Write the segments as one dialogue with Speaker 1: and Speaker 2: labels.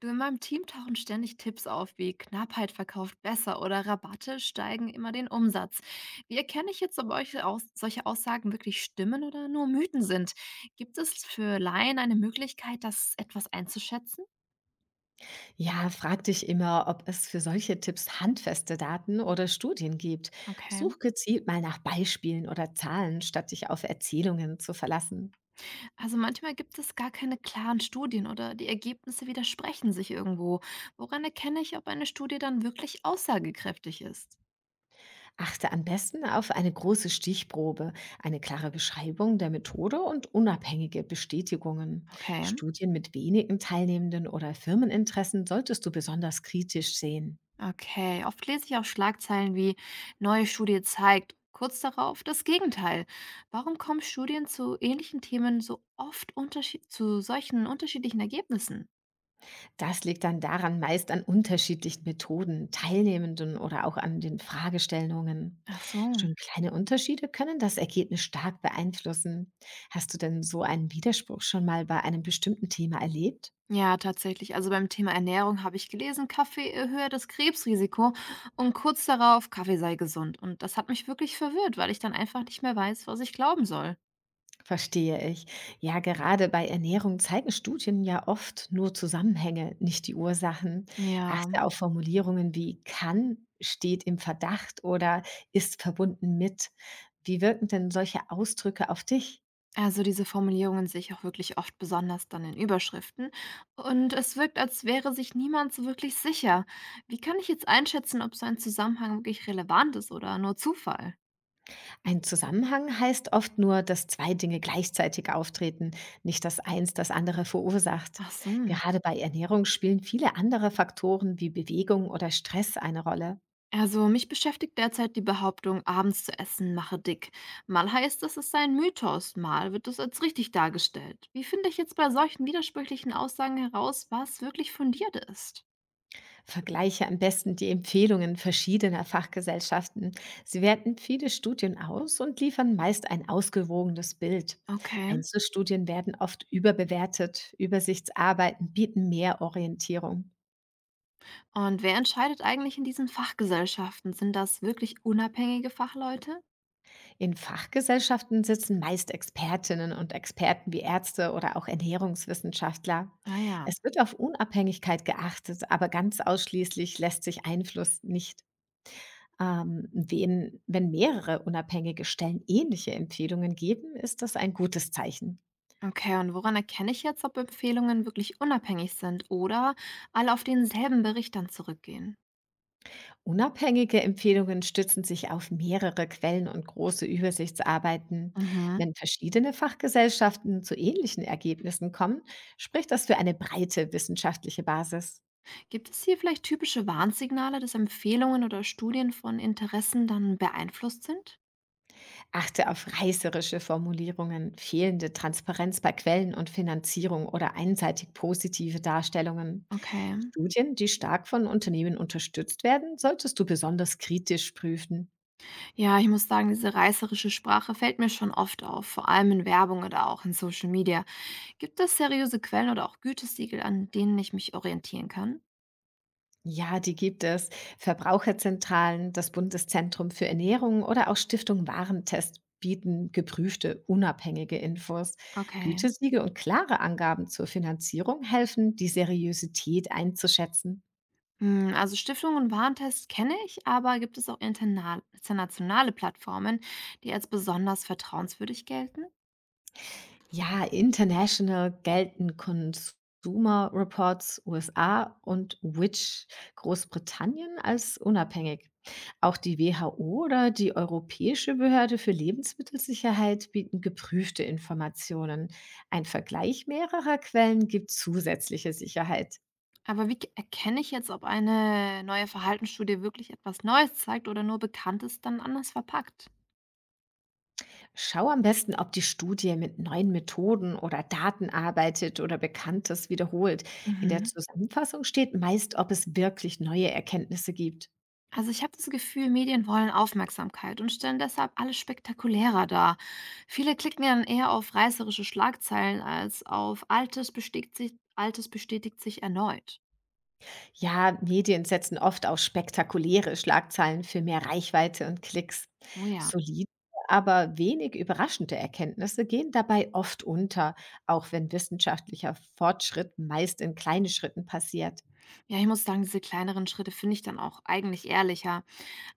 Speaker 1: Du, in meinem Team tauchen ständig Tipps auf, wie Knappheit verkauft besser oder Rabatte steigen immer den Umsatz. Wie erkenne ich jetzt, ob solche Aussagen wirklich stimmen oder nur Mythen sind? Gibt es für Laien eine Möglichkeit, das etwas einzuschätzen?
Speaker 2: Ja, frag dich immer, ob es für solche Tipps handfeste Daten oder Studien gibt.
Speaker 1: Okay.
Speaker 2: Such gezielt mal nach Beispielen oder Zahlen, statt dich auf Erzählungen zu verlassen.
Speaker 1: Also manchmal gibt es gar keine klaren Studien oder die Ergebnisse widersprechen sich irgendwo. Woran erkenne ich, ob eine Studie dann wirklich aussagekräftig ist?
Speaker 2: Achte am besten auf eine große Stichprobe, eine klare Beschreibung der Methode und unabhängige Bestätigungen.
Speaker 1: Okay.
Speaker 2: Studien mit wenigen Teilnehmenden oder Firmeninteressen solltest du besonders kritisch sehen.
Speaker 1: Okay, oft lese ich auch Schlagzeilen wie: neue Studie zeigt. Kurz darauf das Gegenteil. Warum kommen Studien zu ähnlichen Themen so oft unterschied zu solchen unterschiedlichen Ergebnissen?
Speaker 2: Das liegt dann daran meist an unterschiedlichen Methoden, Teilnehmenden oder auch an den Fragestellungen.
Speaker 1: Ach so.
Speaker 2: Schon kleine Unterschiede können das Ergebnis stark beeinflussen. Hast du denn so einen Widerspruch schon mal bei einem bestimmten Thema erlebt?
Speaker 1: Ja, tatsächlich. Also beim Thema Ernährung habe ich gelesen, Kaffee erhöhe das Krebsrisiko und kurz darauf, Kaffee sei gesund. Und das hat mich wirklich verwirrt, weil ich dann einfach nicht mehr weiß, was ich glauben soll.
Speaker 2: Verstehe ich. Ja, gerade bei Ernährung zeigen Studien ja oft nur Zusammenhänge, nicht die Ursachen.
Speaker 1: Ja.
Speaker 2: Achte auf Formulierungen wie kann, steht im Verdacht oder ist verbunden mit. Wie wirken denn solche Ausdrücke auf dich?
Speaker 1: Also diese Formulierungen sehe ich auch wirklich oft, besonders dann in Überschriften. Und es wirkt, als wäre sich niemand so wirklich sicher. Wie kann ich jetzt einschätzen, ob so ein Zusammenhang wirklich relevant ist oder nur Zufall?
Speaker 2: Ein Zusammenhang heißt oft nur, dass zwei Dinge gleichzeitig auftreten, nicht dass eins das andere verursacht.
Speaker 1: Ach so.
Speaker 2: Gerade bei Ernährung spielen viele andere Faktoren wie Bewegung oder Stress eine Rolle.
Speaker 1: Also mich beschäftigt derzeit die Behauptung, abends zu essen mache dick. Mal heißt es, es sei ein Mythos, mal wird es als richtig dargestellt. Wie finde ich jetzt bei solchen widersprüchlichen Aussagen heraus, was wirklich fundiert ist?
Speaker 2: Vergleiche am besten die Empfehlungen verschiedener Fachgesellschaften. Sie werten viele Studien aus und liefern meist ein ausgewogenes Bild.
Speaker 1: Okay.
Speaker 2: Einzelstudien werden oft überbewertet, Übersichtsarbeiten bieten mehr Orientierung.
Speaker 1: Und wer entscheidet eigentlich in diesen Fachgesellschaften? Sind das wirklich unabhängige Fachleute?
Speaker 2: In Fachgesellschaften sitzen meist Expertinnen und Experten wie Ärzte oder auch Ernährungswissenschaftler.
Speaker 1: Ah ja.
Speaker 2: Es wird auf Unabhängigkeit geachtet, aber ganz ausschließlich lässt sich Einfluss nicht. Wenn mehrere unabhängige Stellen ähnliche Empfehlungen geben, ist das ein gutes Zeichen.
Speaker 1: Okay, und woran erkenne ich jetzt, ob Empfehlungen wirklich unabhängig sind oder alle auf denselben Bericht dann zurückgehen?
Speaker 2: Unabhängige Empfehlungen stützen sich auf mehrere Quellen und große Übersichtsarbeiten.
Speaker 1: Mhm.
Speaker 2: Wenn verschiedene Fachgesellschaften zu ähnlichen Ergebnissen kommen, spricht das für eine breite wissenschaftliche Basis.
Speaker 1: Gibt es hier vielleicht typische Warnsignale, dass Empfehlungen oder Studien von Interessen dann beeinflusst sind?
Speaker 2: Achte auf reißerische Formulierungen, fehlende Transparenz bei Quellen und Finanzierung oder einseitig positive Darstellungen.
Speaker 1: Okay.
Speaker 2: Studien, die stark von Unternehmen unterstützt werden, solltest du besonders kritisch prüfen.
Speaker 1: Ja, ich muss sagen, diese reißerische Sprache fällt mir schon oft auf, vor allem in Werbung oder auch in Social Media. Gibt es seriöse Quellen oder auch Gütesiegel, an denen ich mich orientieren kann?
Speaker 2: Ja, die gibt es. Verbraucherzentralen, das Bundeszentrum für Ernährung oder auch Stiftung Warentest bieten geprüfte, unabhängige Infos.
Speaker 1: Okay.
Speaker 2: Gütesiegel und klare Angaben zur Finanzierung helfen, die Seriosität einzuschätzen.
Speaker 1: Hm, also Stiftungen und Warentest kenne ich, aber gibt es auch internationale Plattformen, die als besonders vertrauenswürdig gelten?
Speaker 2: Ja, international gelten Consumer Reports USA und Which Großbritannien als unabhängig. Auch die WHO oder die Europäische Behörde für Lebensmittelsicherheit bieten geprüfte Informationen. Ein Vergleich mehrerer Quellen gibt zusätzliche Sicherheit.
Speaker 1: Aber erkenne ich jetzt, ob eine neue Verhaltensstudie wirklich etwas Neues zeigt oder nur Bekanntes dann anders verpackt?
Speaker 2: Schau am besten, ob die Studie mit neuen Methoden oder Daten arbeitet oder Bekanntes wiederholt. In der
Speaker 1: Mhm.
Speaker 2: Zusammenfassung steht meist, ob es wirklich neue Erkenntnisse gibt.
Speaker 1: Also ich habe das Gefühl, Medien wollen Aufmerksamkeit und stellen deshalb alles spektakulärer dar. Viele klicken ja dann eher auf reißerische Schlagzeilen als auf: Altes bestätigt sich erneut.
Speaker 2: Ja, Medien setzen oft auf spektakuläre Schlagzeilen für mehr Reichweite und Klicks.
Speaker 1: Oh ja.
Speaker 2: Solide, aber wenig überraschende Erkenntnisse gehen dabei oft unter, auch wenn wissenschaftlicher Fortschritt meist in kleinen Schritten passiert.
Speaker 1: Ja, ich muss sagen, diese kleineren Schritte finde ich dann auch eigentlich ehrlicher.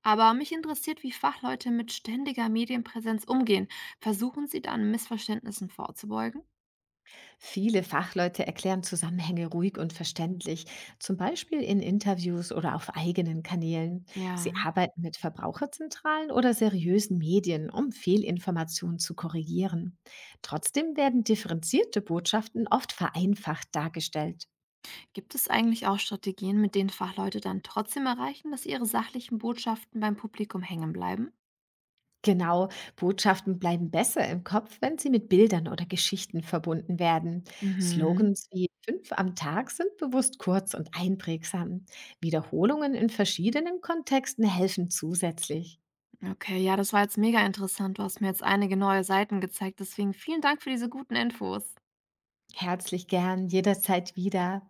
Speaker 1: Aber mich interessiert, wie Fachleute mit ständiger Medienpräsenz umgehen. Versuchen sie dann, Missverständnissen vorzubeugen?
Speaker 2: Viele Fachleute erklären Zusammenhänge ruhig und verständlich, zum Beispiel in Interviews oder auf eigenen Kanälen. Sie
Speaker 1: Ja.
Speaker 2: arbeiten mit Verbraucherzentralen oder seriösen Medien, um Fehlinformationen zu korrigieren. Trotzdem werden differenzierte Botschaften oft vereinfacht dargestellt.
Speaker 1: Gibt es eigentlich auch Strategien, mit denen Fachleute dann trotzdem erreichen, dass ihre sachlichen Botschaften beim Publikum hängen bleiben?
Speaker 2: Genau, Botschaften bleiben besser im Kopf, wenn sie mit Bildern oder Geschichten verbunden werden.
Speaker 1: Mhm.
Speaker 2: Slogans wie fünf am Tag sind bewusst kurz und einprägsam. Wiederholungen in verschiedenen Kontexten helfen zusätzlich.
Speaker 1: Okay, ja, das war jetzt mega interessant. Du hast mir jetzt einige neue Seiten gezeigt. Deswegen vielen Dank für diese guten Infos.
Speaker 2: Herzlich gern, jederzeit wieder.